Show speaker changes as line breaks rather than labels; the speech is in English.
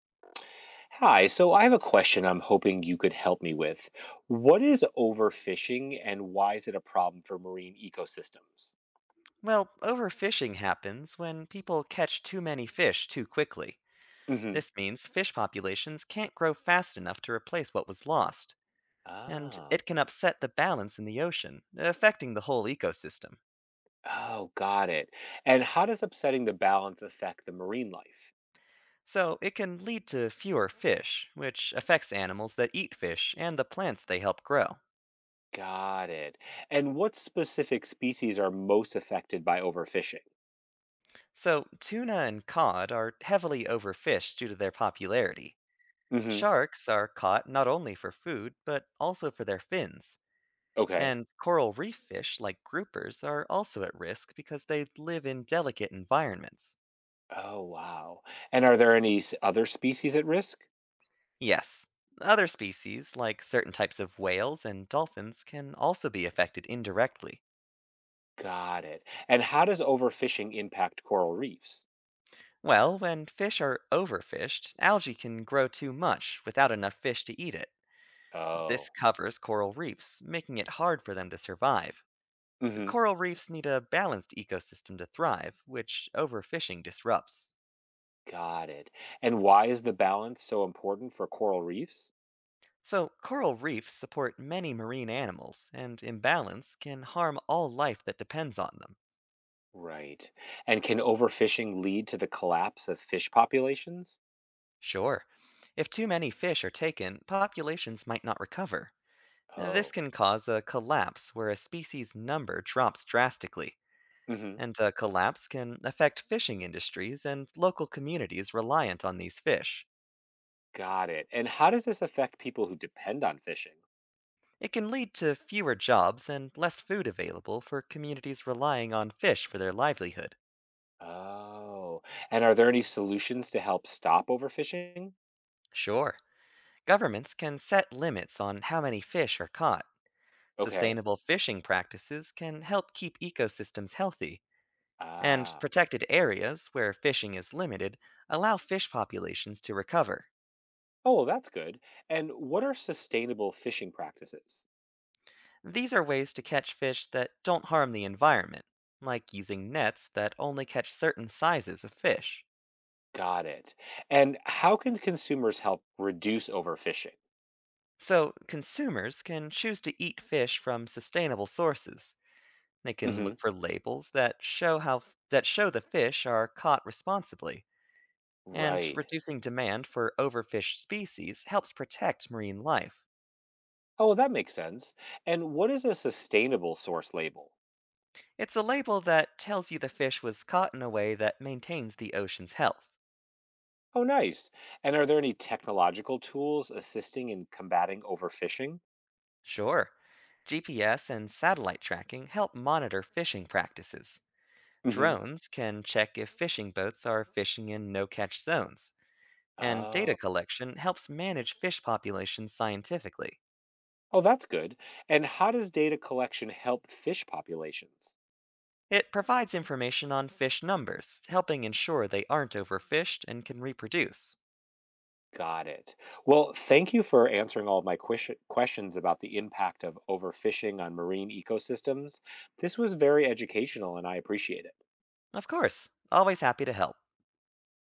Hi, so I have a question I'm hoping you could help me with. What is overfishing and why is it a problem for marine ecosystems?
Well, overfishing happens when people catch too many fish too quickly.
Hmm.
This means fish populations can't grow fast enough to replace what was lost, and
Oh,
it can upset the balance in the ocean, affecting the whole ecosystem.
oh, got it. And how does upsetting the balance affect the marine life?
So, it can lead to fewer fish, which affects animals that eat fish and the plants they help grow.
Got it. And what specific species are most affected by overfishing?
So, tuna and cod are heavily overfished due to their popularity.
Hmm.
Sharks are caught not only for food, but also for their fins.
Okay.
And coral reef fish, like groupers, are also at risk because they live in delicate environments.
Oh, wow. And are there any other species at risk?
Yes, other species, like certain types of whales and dolphins, can also be affected indirectly.
Got it. And how does overfishing impact coral reefs?
Well, when fish are overfished, algae can grow too much without enough fish to eat it. This
Oh.
covers coral reefs, making it hard for them to survive. Coral reefs need a balanced ecosystem to thrive, which overfishing disrupts.
Got it. And why is the balance so important for coral reefs?
So, coral reefs support many marine animals, and imbalance can harm all life that depends on them.
Right. And can overfishing lead to the collapse of fish populations?
Sure, if too many fish are taken, populations might not recover. This
Oh.
can cause a collapse where a species' number drops drastically,
Hmm.
and a collapse can affect fishing industries and local communities reliant on these fish.
Got it. And how does this affect people who depend on fishing?
It can lead to fewer jobs and less food available for communities relying on fish for their livelihood.
Oh. And are there any solutions to help stop overfishing?
Sure. Governments can set limits on how many fish are caught.
Okay.
Sustainable fishing practices can help keep ecosystems healthy, and
Ah.
protected areas where fishing is limited allow fish populations to recover.
Oh, well, that's good. And what are sustainable fishing practices?
These are ways to catch fish that don't harm the environment, like using nets that only catch certain sizes of fish.
Got it. And how can consumers help reduce overfishing?
So, consumers can choose to eat fish from sustainable sources. They can
Hmm.
look for labels that show how that show the fish are caught responsibly, and
Right.
reducing demand for overfished species helps protect marine life.
Oh, well, that makes sense. And what is a sustainable source label?
It's a label that tells you the fish was caught in a way that maintains the ocean's health.
Oh, nice. And are there any technological tools assisting in combating overfishing?
Sure, GPS and satellite tracking help monitor fishing practices.
Hmm.
Drones can check if fishing boats are fishing in no catch zones, and data
Oh,
collection helps manage fish populations scientifically.
oh, that's good. And how does data collection help fish populations?
It provides information on fish numbers, helping ensure they aren't overfished and can reproduce.
Got it. Well, thank you for answering all of my questions about the impact of overfishing on marine ecosystems. This was very educational, and I appreciate it.
Of course. Always happy to help.